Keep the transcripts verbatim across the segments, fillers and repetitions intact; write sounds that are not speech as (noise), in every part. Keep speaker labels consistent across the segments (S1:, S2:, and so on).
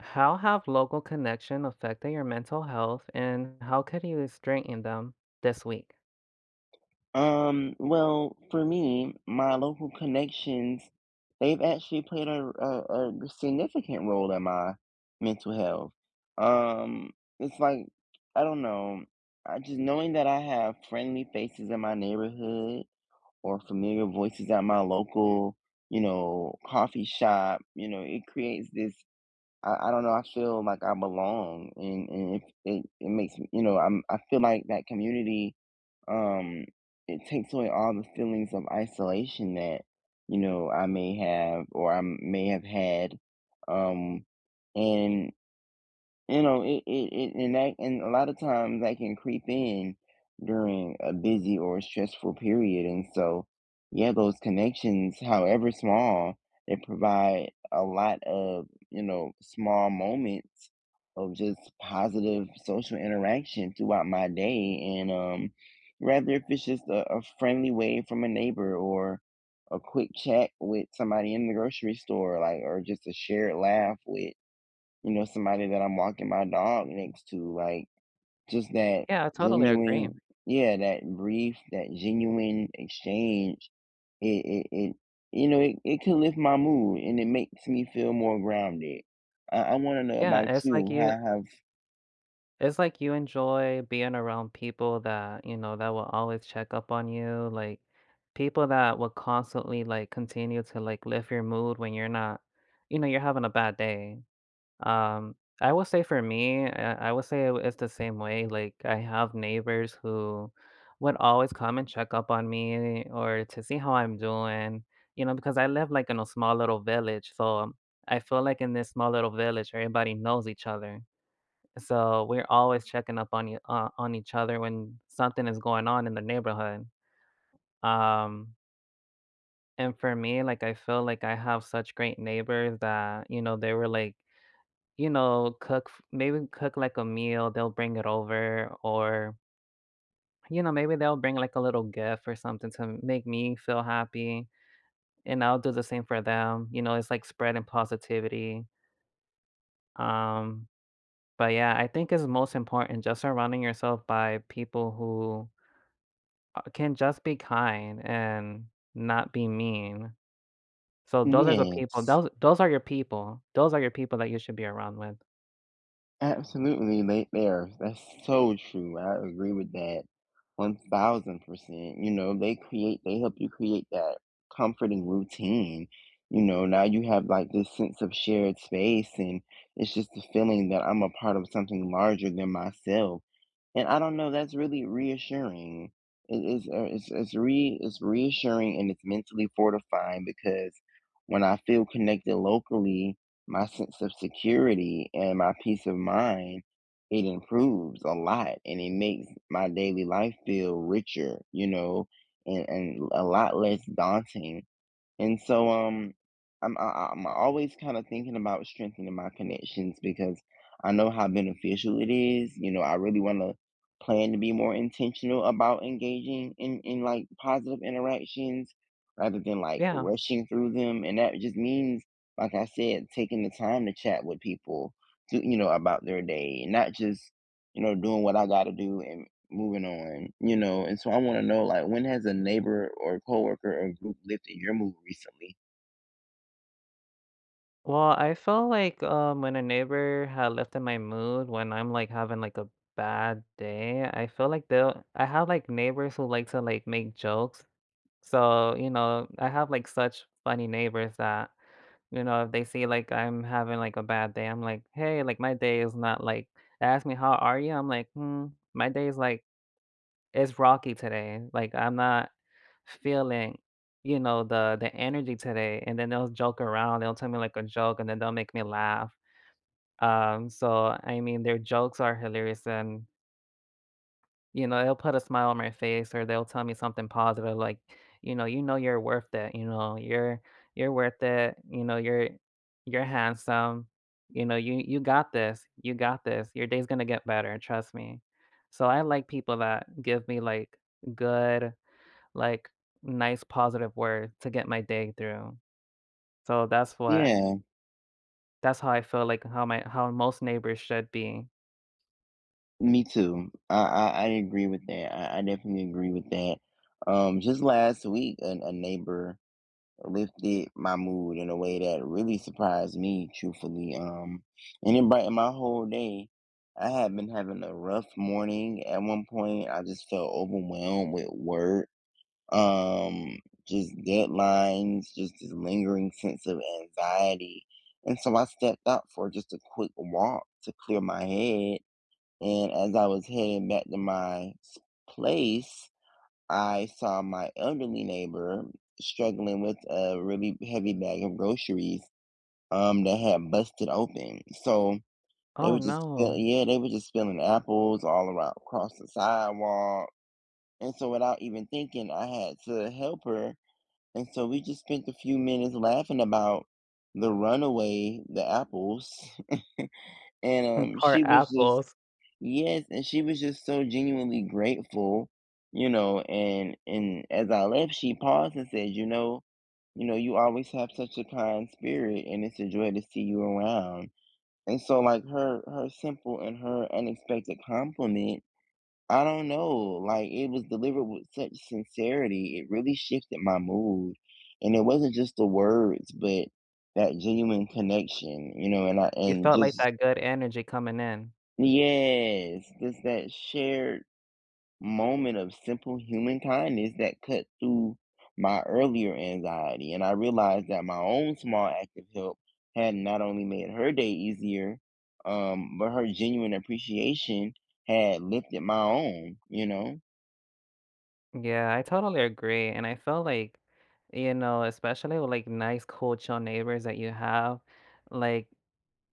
S1: How have local connection affected your mental health and how could you strengthen them this week?
S2: Um, well, for me, my local connections, they've actually played a, a, a significant role in my mental health. Um, it's like, I don't know, I just knowing that I have friendly faces in my neighborhood or familiar voices at my local, you know, coffee shop. You know, it creates this, I, I don't know, I feel like I belong, and, and it, it, it makes me, you know, I'm, I feel like that community um, it takes away all the feelings of isolation that, you know, I may have or I may have had. Um, and you know, it it it and that and a lot of times that can creep in during a busy or stressful period. And so, yeah, those connections, however small, they provide a lot of, you know, small moments of just positive social interaction throughout my day. And um, Rather if it's just a, a friendly wave from a neighbor or a quick chat with somebody in the grocery store, like, or just a shared laugh with you know, somebody that I'm walking my dog next to, like just that
S1: Yeah, I totally agree.
S2: genuine, yeah, that brief, that genuine exchange. It, it, it you know, it, it can lift my mood and it makes me feel more grounded. I, I want to know
S1: Yeah,
S2: about
S1: it's like
S2: you. How
S1: you
S2: have
S1: it's like you enjoy being around people that, you know, that will always check up on you, like people that will constantly like continue to like lift your mood when you're not, you know, you're having a bad day. Um, I will say for me, I I would say it's the same way. Like I have neighbors who would always come and check up on me or to see how I'm doing, you know, because I live like in a small little village. So I feel like in this small little village, everybody knows each other. So we're always checking up on e- uh, on each other when something is going on in the neighborhood. Um, and for me, like I feel like I have such great neighbors that, you know, they were like you know, cook f- maybe cook like a meal, they'll bring it over or you know, maybe they'll bring like a little gift or something to make me feel happy and I'll do the same for them. You know, it's like spreading positivity. Um but yeah, I think it's most important just surrounding yourself by people who uh, can just be kind and not be mean. So those are the people
S2: yes?
S1: those those are your people. Those are your people that you should be around with.
S2: Absolutely, they there. That's so true. I agree with that one thousand percent. You know, they create, they help you create that comforting routine. You know, now you have like this sense of shared space, and it's just the feeling that I'm a part of something larger than myself. And I don't know, that's really reassuring. It is uh, it's it's re it's reassuring and it's mentally fortifying because when I feel connected locally my sense of security and my peace of mind, it improves a lot and it makes my daily life feel richer, you know, and, and a lot less daunting and so, um, I'm I- I'm always kind of thinking about strengthening my connections because I know how beneficial it is. You know, I really want to plan to be more intentional about engaging in in like positive interactions rather than like
S1: Yeah.
S2: rushing through them. And that just means, like I said, taking the time to chat with people to you know about their day and not just you know doing what I got to do and moving on, you know? And so I want to know, like, when has a neighbor or coworker or group lifted your mood recently?
S1: Well, I felt like, um, when a neighbor had lifted my mood when I'm, like, having, like, a bad day, I feel like they'll I have, like, neighbors who like to, like, make jokes. So, you know, I have, like, such funny neighbors that, you know, if they see, like, I'm having, like, a bad day, I'm like, "Hey," like, "my day is not," like they ask me, "How are you?" I'm like, "Hmm, my day is, like it's rocky today. Like, I'm not feeling, you know, the the energy today." And then they'll joke around, they'll tell me, like, a joke, and then they'll make me laugh. Um, so, I mean, their jokes are hilarious and, you know, they'll put a smile on my face or they'll tell me something positive like, you know, "You know you're worth it," you know, "You're you're worth it," you know, "You're you're handsome," you know, "You you got this, you got this. Your day's gonna get better, trust me." So, I like people that give me, like, good, like, nice positive words to get my day through. So, that's what
S2: Yeah,
S1: that's how I feel like how my how most neighbors should be.
S2: me too. I, I, I agree with that. I, I definitely agree with that. Um, just last week, a, a neighbor lifted my mood in a way that really surprised me, truthfully. Um, and it brightened my whole day. I had been having a rough morning. At one point, I just felt overwhelmed with work um, just deadlines, just this lingering sense of anxiety. And so I stepped out for just a quick walk to clear my head. And as I was heading back to my s- place, I saw my elderly neighbor struggling with a really heavy bag of groceries um, that had busted open. So they
S1: Oh,
S2: were just, spill-
S1: no.
S2: yeah, they were just spilling apples all around across the sidewalk. And so without even thinking, I had to help her and so we just spent a few minutes laughing about the runaway, the apples. (laughs) And
S1: (laughs)
S2: um
S1: Mm,
S2: she was just
S1: apples.
S2: yes, and she was just so genuinely grateful, you know, and and as I left she paused and said, you know, you know, you always have such a kind spirit and it's a joy to see you around. And so like her her simple and her unexpected compliment I don't know, like, it was delivered with such sincerity, it really shifted my mood, and it wasn't just the words, but that genuine connection, you know, and I
S1: You
S2: and
S1: felt like
S2: just
S1: that good energy coming in.
S2: Yes, just that shared moment of simple human kindness that cut through my earlier anxiety, and I realized that my own small act of help had not only made her day easier, um, but her genuine appreciation had lifted my own, you know?
S1: Yeah, I totally agree, and I feel like, you know, especially with, like, nice, cool, chill neighbors that you have, like,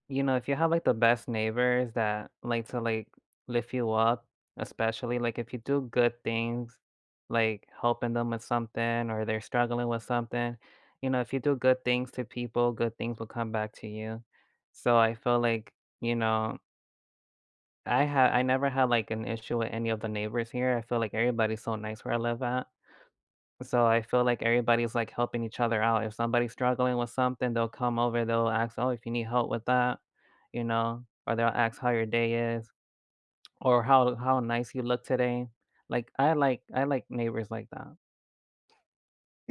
S1: you know, if you have, like, the best neighbors that like to, like, lift you up, especially, like, if you do good things, like helping them with something or they're struggling with something, you know, if you do good things to people, good things will come back to you. So I feel like, you know I ha I never had, like, an issue with any of the neighbors here, I feel like everybody's so nice where I live at, so I feel like everybody's, like, helping each other out, if somebody's struggling with something, they'll come over, they'll ask, "Oh, if you need help with that," you know, or they'll ask how your day is, or how how nice you look today, like, I like I like neighbors like that.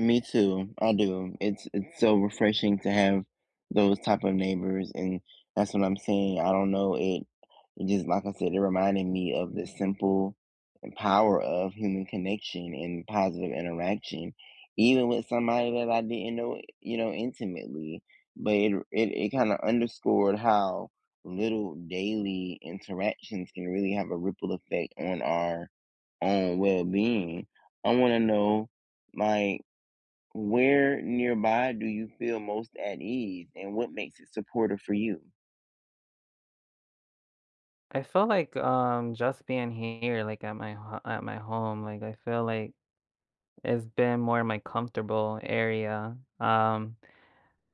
S2: Me too. I do. It's it's so refreshing to have those type of neighbors, and that's what I'm saying. I don't know. It, it just like I said, it reminded me of the simple power of human connection and positive interaction, even with somebody that I didn't know, you know, intimately. But it it, it kind of underscored how little daily interactions can really have a ripple effect on our own well being. I want to know, like where nearby do you feel most at ease, and what makes it supportive for you?
S1: I feel like, um, just being here, like, at my ho at my home, like, I feel like it's been more my comfortable area, um,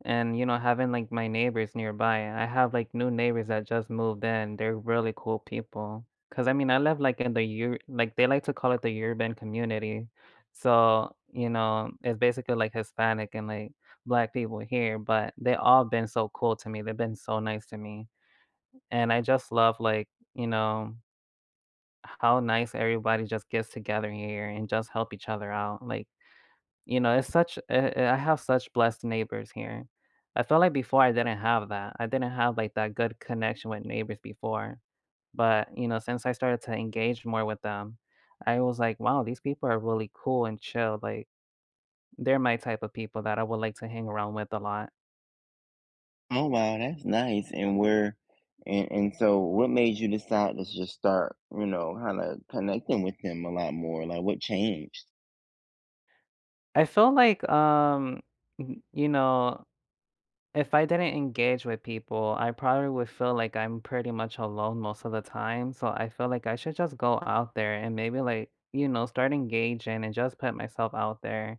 S1: and, you know, having, like, my neighbors nearby. I have, like, new neighbors that just moved in, they're really cool people, cause I mean, I live, like, in the ur like, they like to call it the urban community. So, you know, it's basically, like, Hispanic and, like, Black people here, but they all been so cool to me, they've been so nice to me, and I just love, like, you know, how nice everybody just gets together here and just help each other out, like you know, it's such uh, uh, I have such blessed neighbors here. I feel like before I didn't have that. I didn't have, like, that good connection with neighbors before, but, you know, since I started to engage more with them, I was like, "Wow, these people are really cool and chill," like, they're my type of people that I would like to hang around with a lot.
S2: Oh wow, that's nice. And where, and and so, what made you decide to just start, you know, kind of connecting with them a lot more? Like, what changed?
S1: I feel like, um, y you know if I didn't engage with people, I probably would feel like I'm pretty much alone most of the time, so I feel like I should just go out there and maybe like, you know, start engaging and just put myself out there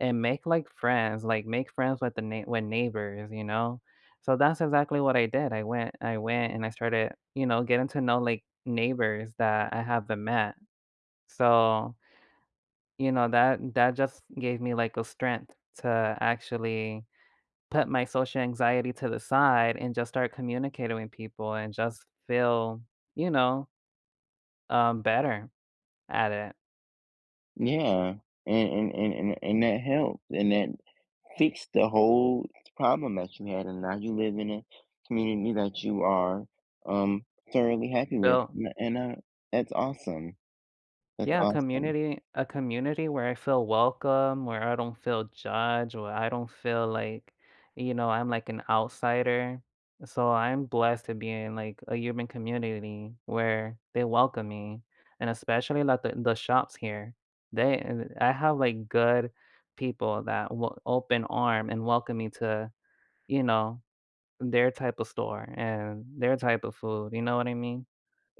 S1: and make like friends, like make friends with the na- with neighbors, you know? So that's exactly what I did. I went I went and I started, you know, getting to know like neighbors that I haven't met. So, you know, that that just gave me like a strength to actually put my social anxiety to the side and just start communicating with people and just feel, you know, um, better at it.
S2: Yeah, and and and and, and that helped, and that fixed the whole problem that you had, and now you live in a community that you are um thoroughly happy with,
S1: Feel
S2: N- and uh, that's awesome. That's
S1: yeah, a
S2: awesome.
S1: community a community where I feel welcome, where I don't feel judged, where I don't feel like, you know, I'm like an outsider. So I'm blessed to be in like a urban community where they welcome me, and especially like the, the shops here. They and I have like good people that will open arm and welcome me to, you know, their type of store and their type of food. You know what I mean?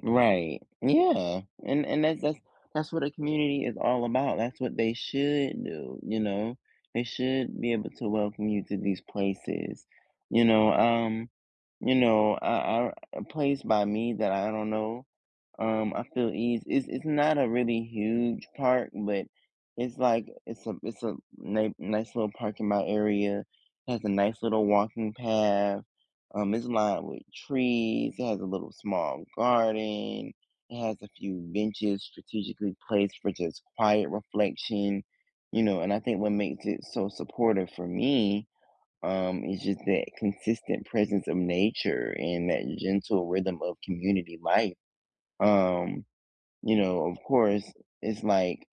S2: Right. Yeah. And and that's that's that's what a community is all about. That's what they should do, you know. They should be able to welcome you to these places. You know, um, you know, a, a, a place by me that I don't know um, I feel ease. It's it's not a really huge park, but it's like it's a it's a ni- nice little park in my area. It has a nice little walking path. Um, it's lined with trees. It has a little small garden. It has a few benches strategically placed for just quiet reflection, you know. And I think what makes it so supportive for me, um, is just that consistent presence of nature and that gentle rhythm of community life. Um, you know, of course, it's like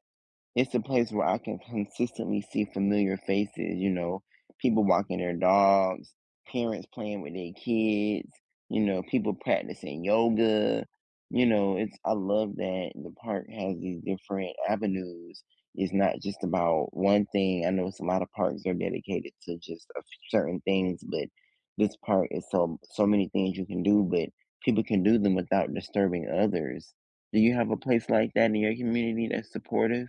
S2: it's a place where I can consistently see familiar faces, you know, people walking their dogs, parents playing with their kids, you know, people practicing yoga. You know, it's I love that the park has these different avenues. It's not just about one thing. I know it's a lot of parks are dedicated to just a f- certain things, but this park is so so many things you can do, but people can do them without disturbing others. Do you have a place like that in your community that's supportive?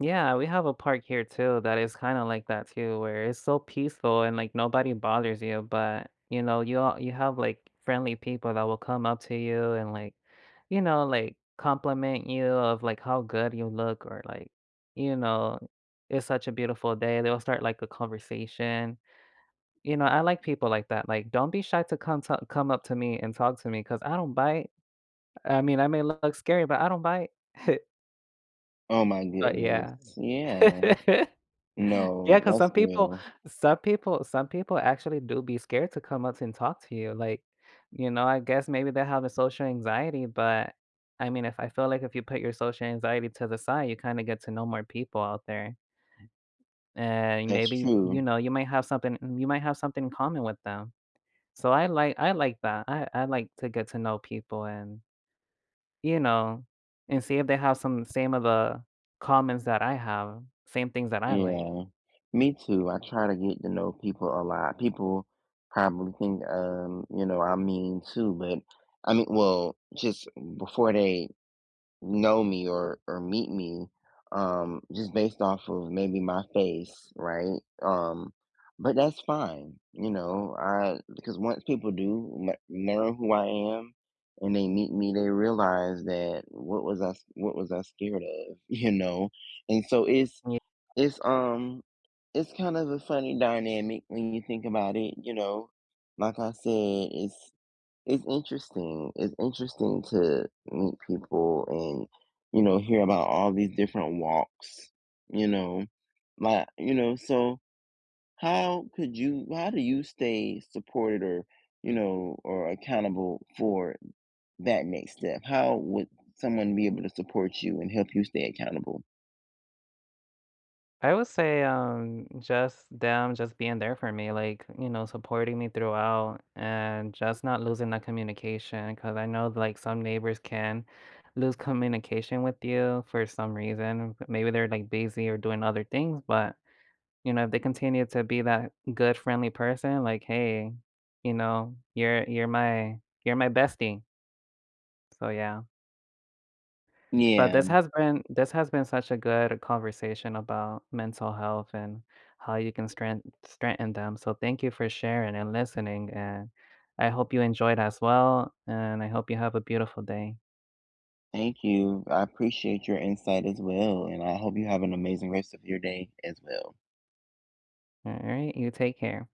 S1: Yeah, we have a park here too that is kind of like that too, where it's so peaceful and like nobody bothers you, but you know, you all, you have like friendly people that will come up to you and like, you know, like compliment you of like how good you look or like, you know, it's such a beautiful day. They'll start like a conversation. You know, I like people like that. Like, don't be shy to come talk, come up to me and talk to me because I don't bite. I mean, I may look scary, but I don't bite. (laughs)
S2: Oh my
S1: But
S2: goodness.
S1: yeah.
S2: Yeah.
S1: (laughs) Yeah,
S2: No,
S1: cause
S2: that's
S1: some people
S2: real.
S1: some people some people actually do be scared to come up and talk to you, like, you know, I guess maybe they have a social anxiety, but, I mean, if I feel like if you put your social anxiety to the side, you kinda get to know more people out there, and
S2: That's
S1: maybe, you
S2: true.
S1: know, you might have something you might have something in common with them. So I like I like that, I I like to get to know people and, you know, and see if they have some same of the comments that I have, same things that I like.
S2: Yeah. Me too. I try to get to know people a lot. People probably think, um, you know, I'm mean too, but I mean, well, just before they know me or or meet me um just based off of maybe my face right um but that's fine, you know, I because once people do kn- learn who I am and they meet me they realize that what was i s- what was I scared of (laughs) you know and so it's it's um it's kind of a funny dynamic when you think about it you know like I said it's it's interesting. It's interesting to meet people and, you know, hear about all these different walks, you know? Like, you know, so how could you how do you stay supported or, you know, or accountable for that next step? How would someone be able to support you and help you stay accountable?
S1: I would say, um, just them just being there for me, like, you know, supporting me throughout and just not losing that communication because I know like some neighbors can lose communication with you for some reason. Maybe they're like busy or doing other things, but you know, if they continue to be that good friendly person, like, hey, you know, you're you're my you're my bestie. So yeah. But
S2: Yeah,
S1: this has been this has been such a good conversation about mental health and how you can strength strengthen them. So thank you for sharing and listening, and I hope you enjoyed as well, and I hope you have a beautiful day.
S2: thank you. I appreciate your insight as well, and I hope you have an amazing rest of your day as well.
S1: All right, you take care.